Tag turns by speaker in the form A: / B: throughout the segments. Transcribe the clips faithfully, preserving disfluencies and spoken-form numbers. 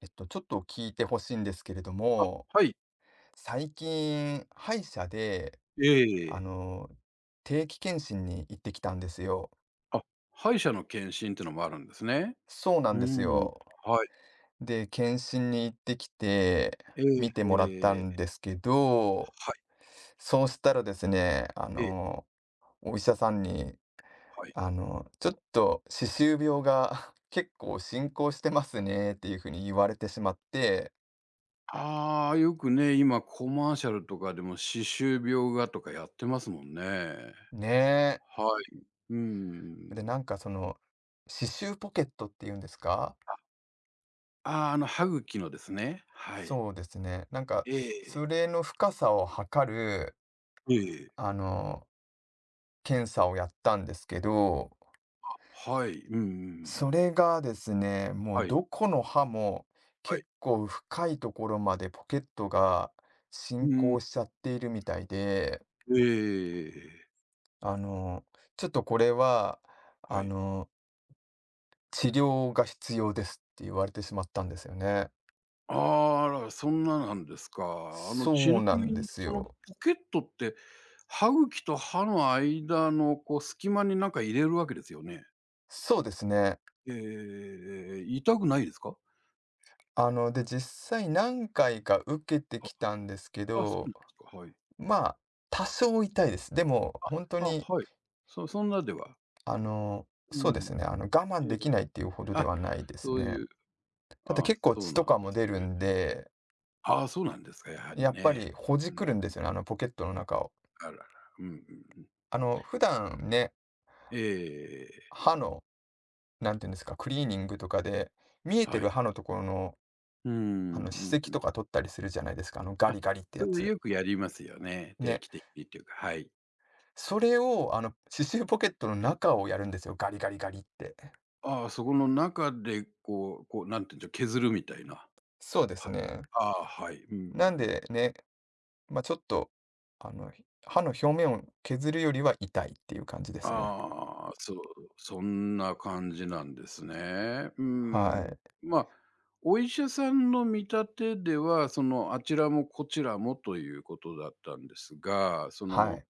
A: えっと、ちょっと聞いてほしいんですけれど
B: あ、
A: も、
B: はい。
A: 最近、歯医者で、あ
B: ええ、
A: の、定期検診に行ってきたんですよ。
B: あ、歯医者の検診っていうのもあるんですね。
A: そうな
B: う
A: んです
B: ーん。
A: よ。
B: はい。
A: で、検診に行ってきて、
B: え
A: 見て
B: え
A: もらった
B: ええ。
A: んですけど、
B: はい。
A: そうしたらですね、あ
B: ええ、
A: の、お医者さんに、
B: はい。
A: あの、ちょっと歯周病が 結構進行してますねっていうふうに言われてしまって、
B: ああ、よくね、今コマーシャルとかでも歯周病がとかやってますもんね。は
A: ね
B: い。うー
A: で、
B: ん。
A: なんかその、刺繍ポケットっていうんですか
B: ああ、あの歯茎のですね。はい。
A: そうですね。なんか、
B: ええ。
A: それの深さを測る、
B: ええ。
A: あの、検査をやったんですけど、
B: はい。うんうんう
A: そ
B: ん。
A: れがですね、もう
B: はい、
A: どこの歯も
B: はい。
A: 結構深いところまでポケットが
B: う
A: 進
B: ーん。
A: 行しちゃっているみたいで、
B: ええ。
A: あの、ちょっとこれは、あ
B: はい。
A: の、治療が必要ですって言われてしまったんですよね。
B: ああ、ら、そんななんですか。あの、
A: そ
B: ちな
A: うな
B: み
A: んで
B: に
A: す
B: そのポ
A: よ。
B: ケットって、歯茎と歯の間のこう隙間になんか入れるわけですよね？
A: そうですね。
B: ええええええ、痛くないですか？
A: あの、で、実際何回か受けてきたんですけ
B: あ、あ、そう
A: ど、
B: なんですか、はい。
A: まあ、多少痛いです。でも、本当
B: あ、
A: に、
B: はい。そ、そんなでは
A: あの、
B: う
A: そうです
B: ん。
A: ね、あの、我慢
B: ええ。
A: できないっていうほどで
B: あ、
A: はないです
B: そう
A: ね。
B: いう、
A: ただ
B: あ、
A: 結構
B: そ
A: 血
B: うな
A: と
B: ん
A: か
B: で
A: も出
B: す
A: る
B: ね。
A: んで、
B: ああ、そうなんですか、やはり
A: やっぱ
B: ね。
A: りほ
B: う
A: じく
B: ん、
A: るんですよね、あのポケットの中を。
B: あらら、うんうんうん。
A: あの、普段ね、
B: えええええええ。
A: 歯の、なんて言うんですか、クリーニングとかで、見えて
B: はい。
A: る歯のところの、
B: う
A: あ
B: ん
A: の、歯
B: う
A: 石
B: ん、
A: とか取ったりするじゃないですか、あのガ
B: あ、
A: リガリって
B: そ
A: や
B: れ
A: つ。
B: よくやりますよね。定
A: ね。
B: 期的にっていうか、はい。
A: それを、あの、刺繍ポケットの中をやるんですよ、ガリガリガリって。
B: ああ、そこの中でこう、こう、なんていうんでしょう、削るみたいな。
A: そうで
B: は
A: す
B: い。
A: ね。
B: ああ、はい。うんう
A: なん
B: ん、
A: でね、まあ、ちょっと、あの、歯の表面を削るよりは痛いっていう感じですね。
B: ああ、そう、そんな感じなんですね。う
A: は
B: ん。
A: い。
B: まあ、お医者さんの見立てでは、その、あちらもこちらもということだったんですが、そ
A: は
B: の、
A: い。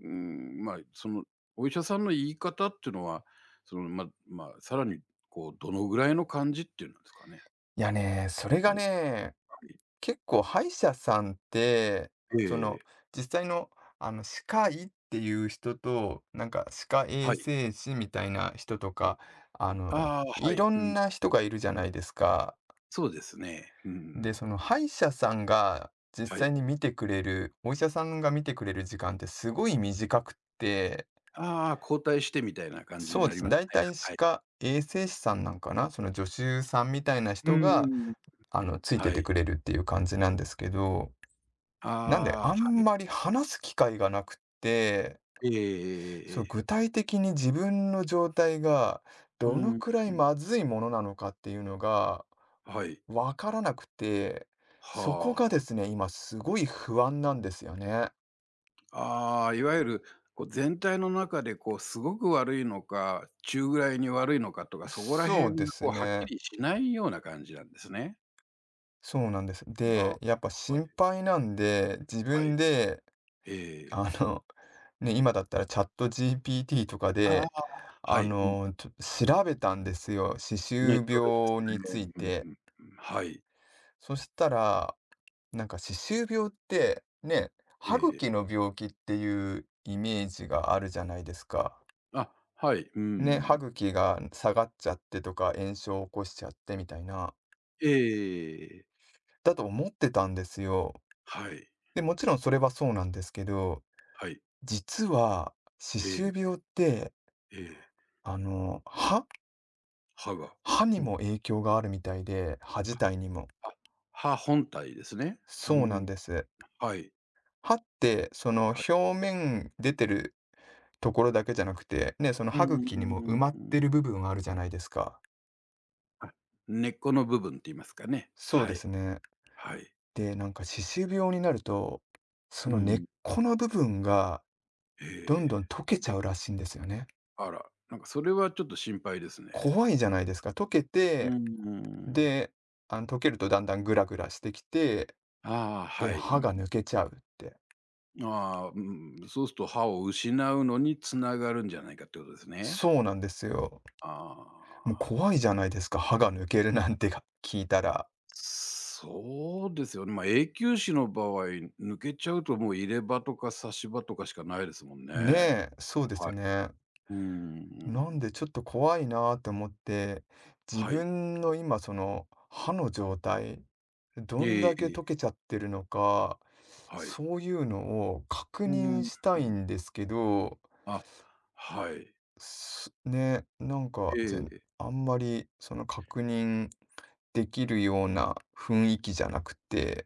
B: うーん、まあ、その、お医者さんの言い方っていうのは、その、ま、まあ、さらに、こう、どのぐらいの感じっていうんですかね。
A: いやね、それ
B: は
A: が
B: い、
A: ね、
B: はい。
A: 結構歯医者さんって、その、
B: ええ、
A: 実際の、あの、歯科医っていう人と、なんか歯科衛
B: はい。
A: 生士みたいな人とか、あの、
B: ああ、は
A: い
B: い、
A: ろ
B: う
A: ん
B: ん。
A: な人がいるじゃないですか。
B: そうですね。うんう
A: で、
B: ん。
A: その歯医者さんが実
B: は
A: 際
B: い。
A: に見てくれる、お医者さんが見てくれる時間ってすごい短くって、
B: ああ、交代してみたいな感じに
A: そう
B: な
A: で
B: り
A: すね、
B: ます
A: 大
B: ね。
A: 体歯
B: はい。
A: 科衛生士さんなんかな、その助手さんみたいな
B: う
A: 人
B: んう
A: が、
B: んうん。
A: あの、ついて
B: は
A: て
B: い。
A: くれるっていう感じなんですけど、なんで
B: ああ、は
A: あんま
B: い。
A: り話す機会がなくって、
B: えええええええ
A: そう、
B: え。
A: 具体的に自分の状態が
B: う
A: どの
B: ん。
A: くらいまずいものなのかっていうのが
B: はい。
A: わからなくて、そこ
B: は
A: が
B: あ。
A: ですね、今すごい不安なんですよね。
B: ああ、いわゆる、こう、全体の中で、こう、すごく悪いのか、中ぐらいに悪いのかとか、そこら
A: そうで
B: 辺が、
A: す
B: こう、はっき
A: ね。
B: りしないような感じなんですね。
A: そうなんです。
B: まあ、は
A: で、
B: い、
A: やっぱ心配なんで、自
B: は
A: 分
B: い。
A: で、
B: ええ。
A: あの、ね、今だったらチャット ジーピーティー とか
B: ああ、
A: で、
B: は
A: あ
B: い、うん、
A: の、ちょっと調べたんですよ。歯
B: ネッ
A: 周
B: トでで
A: 病に
B: す
A: つい
B: ね。うん
A: て。
B: うんうん。はい。
A: そしたら、なんか歯周病って、ね、
B: え
A: 歯茎
B: え。
A: の病気っていうイメージがあるじゃないですか。
B: あ、はい、う
A: ね、
B: ん。
A: 歯茎が下がっちゃってとか、炎症を起こしちゃってみたいな、
B: ええ。
A: だと思ってたんですよ。
B: はい、
A: で、もちろんそれはそうなんですけど、
B: はい。
A: 実は歯
B: え
A: 周
B: え
A: 病って、
B: ええ。
A: あの、歯
B: 歯が。
A: 歯に
B: うん。
A: も影響があるみたいで、歯自体にも。
B: あ、歯本体ですね。う
A: そうなん
B: ん。
A: です。
B: はい、
A: 歯って、その
B: はい。
A: 表面出てるところだけじゃなくて、ね、その
B: うん
A: 歯茎
B: う
A: に
B: ん
A: も
B: うん
A: 埋まっ
B: う
A: て
B: ん。
A: る部分があるじゃないですか。
B: はい。根っこの部分って言いますかね。
A: そう
B: は
A: です
B: い。
A: ね。
B: はい。
A: で、なんか歯周病になると、そ
B: う
A: の根っ
B: ん。
A: この部分が
B: え
A: どん
B: え。
A: どん溶けちゃうらしいんですよね。
B: あら、なんかそれはちょっと心配ですね。
A: 怖いじゃないですか。溶け
B: う
A: て、
B: ん。
A: で、あの、溶けるとだんだんグラグラしてきて、
B: ああ、
A: で、
B: はい。う
A: 歯
B: ん。
A: が抜けちゃうって。
B: ああ、うん、そうすると歯を失うのに繋がるんじゃないかってことですね。
A: そうなんですよ。
B: あ
A: もう
B: あ。
A: 怖いじゃないですか、歯が抜けるなんてが聞いたら。
B: そうですよね。まあ、永久歯の場合、抜けちゃうともう入れ歯とか差し歯とかしかないですもんね。
A: ねえ、そうです
B: はい。
A: よね。
B: う
A: なん
B: ん。
A: でちょっと怖いなって思って、自
B: はい。
A: 分の今その歯の状態、どん
B: え
A: だけ溶
B: え、
A: けちゃってるのか、
B: はい。
A: そういうのを確
B: う
A: 認
B: ん。
A: したいんですけど、
B: あ、はい。
A: すね、なんか、
B: え
A: 全
B: え。
A: あんまりその確認できるような雰囲気じゃなくて。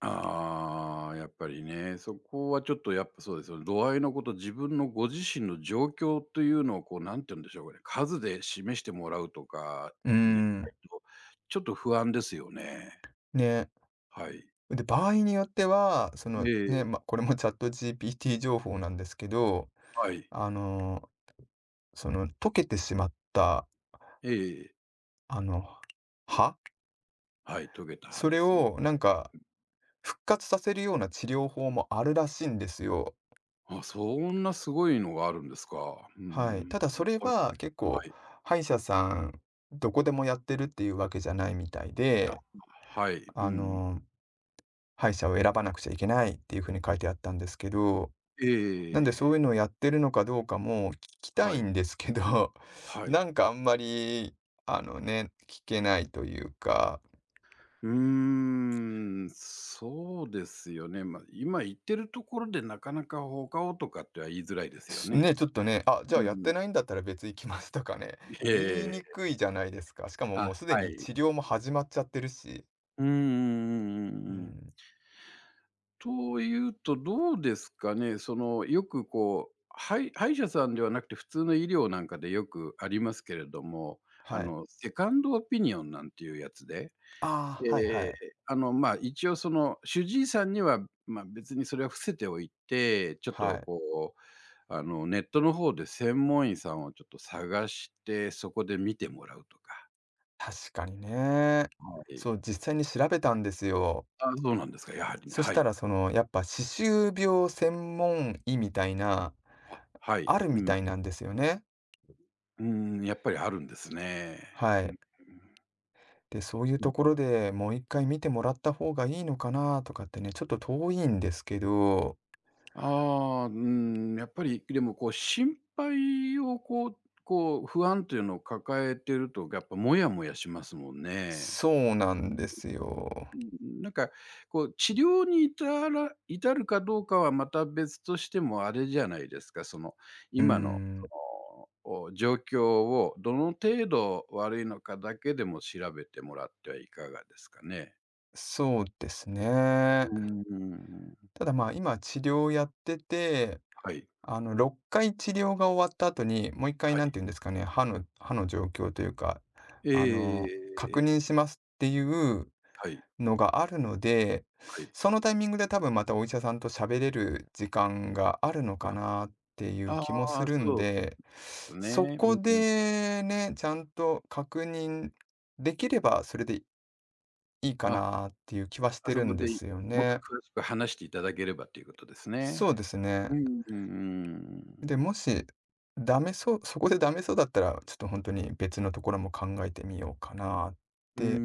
B: ああ、やっぱりね、そこはちょっとやっぱそうですよね。度合いのこと、自分のご自身の状況というのをこう、何て言うんでしょうかね、数で示してもらうとか、
A: う
B: ね、ない
A: ん。
B: と、ちょっと不安ですよね。
A: ね、
B: はい。
A: で、場合によっては、その
B: え
A: ね、
B: え、
A: ま、これもチャット ジーピーティー 情報なんですけど、
B: はい。
A: あの、その溶けてしまった、
B: ええ、
A: あの、歯？
B: はい、トゲタ
A: そ
B: で
A: れ
B: すね。
A: をなんか復活させるような治療法もあるらしいんですよ。
B: あ、そんなすごいのがあるんですか。う
A: はい。
B: ん、
A: ただそれ
B: はい、
A: は結
B: は
A: 構
B: い。
A: 歯医者さんどこでもやってるっていうわけじゃないみたい
B: あ、
A: で、
B: はい。う
A: あ
B: ん、
A: の、歯医者を選ばなくちゃいけないっていうふうに書いてあったんですけど、
B: え
A: なんでそう
B: え。
A: いうのをやってるのかどうかも聞きた
B: は
A: い
B: い、
A: んですけど、
B: はい。
A: なんかあんまり、あのね、聞けないというか、
B: うーん、そうですよね。まあ、今言ってるところでなかなか放課後とかっては言いづらいですよ
A: す
B: ね。
A: ね、ちょっとね、あ、じゃ
B: う
A: あやっ
B: ん。
A: てないんだったら別行きますとかね、言い に
B: ええ、
A: くいじゃないですか。しかも
B: あ、
A: もうすで
B: は
A: に
B: い。
A: 治療も始まっちゃってるし。
B: うんうんうんう
A: う
B: んうん。
A: ん。
B: というと、どうですかね、その、よくこう歯、はい、歯医者さんではなくて普通の医療なんかでよくありますけれども、あ
A: はい。
B: の、セカンドオピニオンなんていうやつで、
A: ああ、はいは
B: ええ、
A: い。
B: あの、まあ、一応その主治医さんには、まあ、別にそれは伏せておいて、ちょっ
A: は
B: と
A: い、
B: こう、あの、ネットの方で専門医さんをちょっと探して、そこで見てもらうとか。
A: 確かにね。
B: はい。
A: そう、実際に調べたんですよ。
B: あ、そうなんですか、やはりね。
A: そし
B: は
A: た
B: い。
A: ら、その、やっぱ歯周病専門医みたいな、
B: はい。
A: ある
B: う
A: み
B: ん。
A: たいなんですよね。
B: うーん、やっぱりあるんですね。
A: は
B: う
A: い。
B: ん
A: で、そういう
B: う
A: と
B: ん。
A: ころでもういっかい見てもらった方がいいのかなとかってね、ちょっと遠いんですけど、
B: ああ、うーん、やっぱり、でもこう心配をこう、こう不安というのを抱えてると、やっぱモヤモヤしますもんね。
A: そうなんですよ。
B: なんか、こう治療に至ら、至るかどうかはまた別としてもあれじゃないですか、その、
A: うー
B: 今の
A: ん、
B: その、お状況をどの程度悪いのかだけでも調べてもらってはいかがですかね？
A: そうです
B: う
A: ね。
B: ーん、
A: ただまあ、今治療やってて
B: はい、
A: あの、ろっかい治療が終わった後に、もういっかいん
B: は
A: て言
B: い。
A: うんですかね、歯の歯の状況というか、あの、
B: ええ、
A: 確認しますっていう
B: はい、
A: のがあるので、
B: はい。
A: そのタイミングで多分またお医者さんと喋れる時間があるのかなっていう
B: あ
A: 気もす
B: あ、
A: るん
B: そうで
A: で、
B: す
A: そ
B: ね。う
A: こ
B: んうん。
A: でね、ちゃんと確認できればそれでいいか
B: あ、
A: なっていう気はし
B: あ
A: て
B: そ
A: るん
B: こ
A: で
B: で
A: すよ
B: もっと
A: ね。
B: 詳しく話していただければということですね。
A: そうです
B: う、
A: ね。
B: うんうんう
A: で、
B: ん。
A: もし、ダメそうそこでダメそうだったら、ちょっと本当に別のところも考えてみようかなっ
B: うー
A: て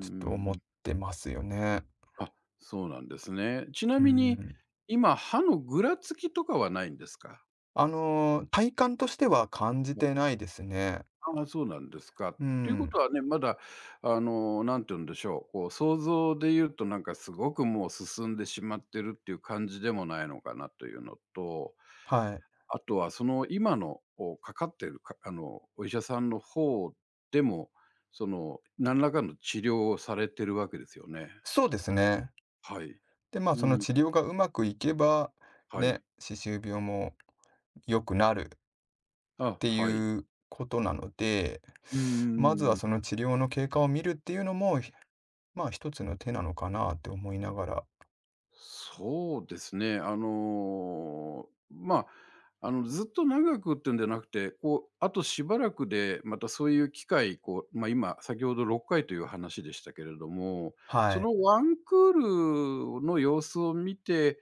A: ちょっと思ってますよね。
B: あ、そうなんですね。ちな
A: う
B: みに、
A: ん。
B: 今、歯のぐらつきとかはないんですか？
A: あのー、体感としては感じてないですね。
B: ああ、そうなんですか。っ
A: う
B: ていうこ
A: ん、
B: とはね、まだ、あの、何て言うんでしょう、こう、想像で言うと、なんか、すごくもう進んでしまってるっていう感じでもないのかなというのと、
A: はい。
B: あとは、その、今の、お、かかってる、か、あの、お医者さんの方でも、その、何らかの治療をされてるわけですよね？
A: そうですね。
B: はい。
A: で、まあ、
B: う
A: その
B: ん、
A: 治療がうまくいけば、
B: はい。
A: ね、歯周病も良くなるっ
B: あ、
A: て
B: はい。
A: いうことなので、
B: うー
A: まずは
B: ん、
A: その治療の経過を見るっていうのも、ひまあ、一つの手なのかなって思いながら
B: そうですね。あの、まあ、あの、ずっと長くっていうんじゃなくて、こう、あとしばらくで、またそういう機会、こう、ま、今、先ほどろっかいという話でしたけれども、
A: は
B: そ
A: い。
B: のワンクールの様子を見て、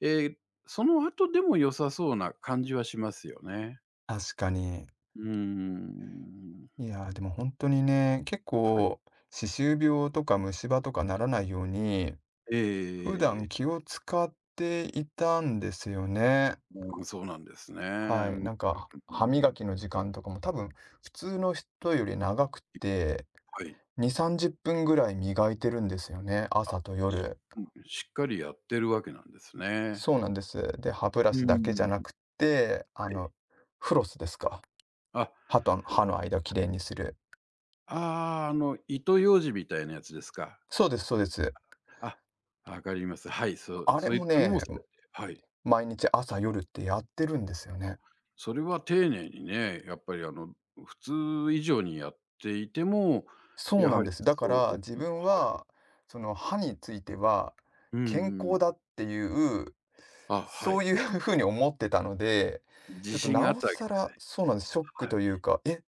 B: えーその後でも良さそうな感じはしますよね。
A: 確かに。
B: うーん。
A: いやー、でも本当にね、結
B: はい。
A: 構、歯周病とか虫歯とかならないように、普
B: え
A: 段気を使っていたんですよね。
B: ー、うん、そうなんですね。
A: は
B: う
A: い、
B: ん、
A: なんか、
B: う
A: 歯磨
B: ん。
A: きの時間とかも多分、普通の人より長くて、
B: はい。
A: に、さんじゅっぷんぐらい磨いてるんですよね、朝と夜。
B: うん、しっかりやってるわけなんですね。
A: そうなんです。で、歯ブラ
B: う
A: シだけじ
B: ん。
A: ゃな
B: は
A: くて、あの、
B: い。
A: フロスですか。
B: あ、
A: 歯と歯の間をきれいにする。
B: あ、あ、あの糸ようじみたいなやつですか。
A: そうですそうです。
B: あ、わかります。はい、そう
A: あれ
B: そういっ
A: も
B: たのも
A: ね、
B: されてはい。
A: 毎日朝夜ってやってるんですよね。
B: それは丁寧にね、やっぱりあの普通以上にやっていても、
A: そう
B: や
A: な
B: は
A: ん
B: り
A: です。だか
B: そ
A: ら
B: う、は
A: 自
B: い。
A: 分は、その歯については、
B: う
A: 健
B: んうん。
A: 康だっていう、
B: あ、は
A: そ
B: い。
A: ういう 風に思ってたので、ち
B: 自
A: ょっと
B: 信
A: な
B: があっ
A: お
B: たわけ
A: さ
B: です
A: ら、
B: ね。
A: そうなんです、ショック
B: はい。
A: というか、え、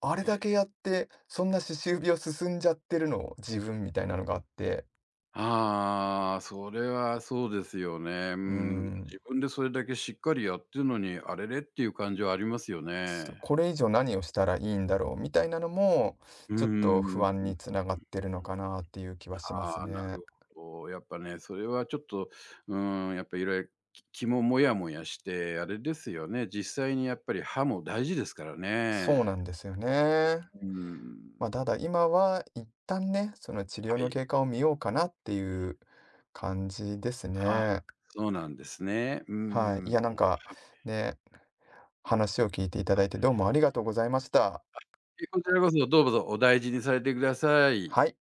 A: あれだけやって、そんな歯周病進んじゃってるの、自分みたいなのがあって、
B: ああ、それはそうですよね。う
A: うー
B: ん、自
A: ん、
B: 分でそれだけしっかりやってるのに、あれれっていう感じはありますよ
A: そ
B: ね。
A: これ以上何をしたらいいんだろうみたいなのも、
B: う
A: ちょっと不
B: ん、
A: 安につながってるのかなっていう気はしま
B: あ
A: す
B: あ、な
A: ね。
B: るほど。やっぱね、それはちょっと、うん、やっぱいろいろ気もモヤモヤして、あれですよね、実際にやっぱり歯も大事ですから
A: そうな
B: ね。
A: んですよね。
B: うん。
A: まあ、ただ今は一旦ね、その治療
B: は
A: の
B: い。
A: 経過を見ようかなっていう感じです
B: あ、
A: ね。
B: そうなんですね。う
A: はい。い
B: ん。
A: や、なんか、ね、話を聞いていただいてどうもありがとうございました。
B: こちらこそどうぞお大事にされてください。
A: はい。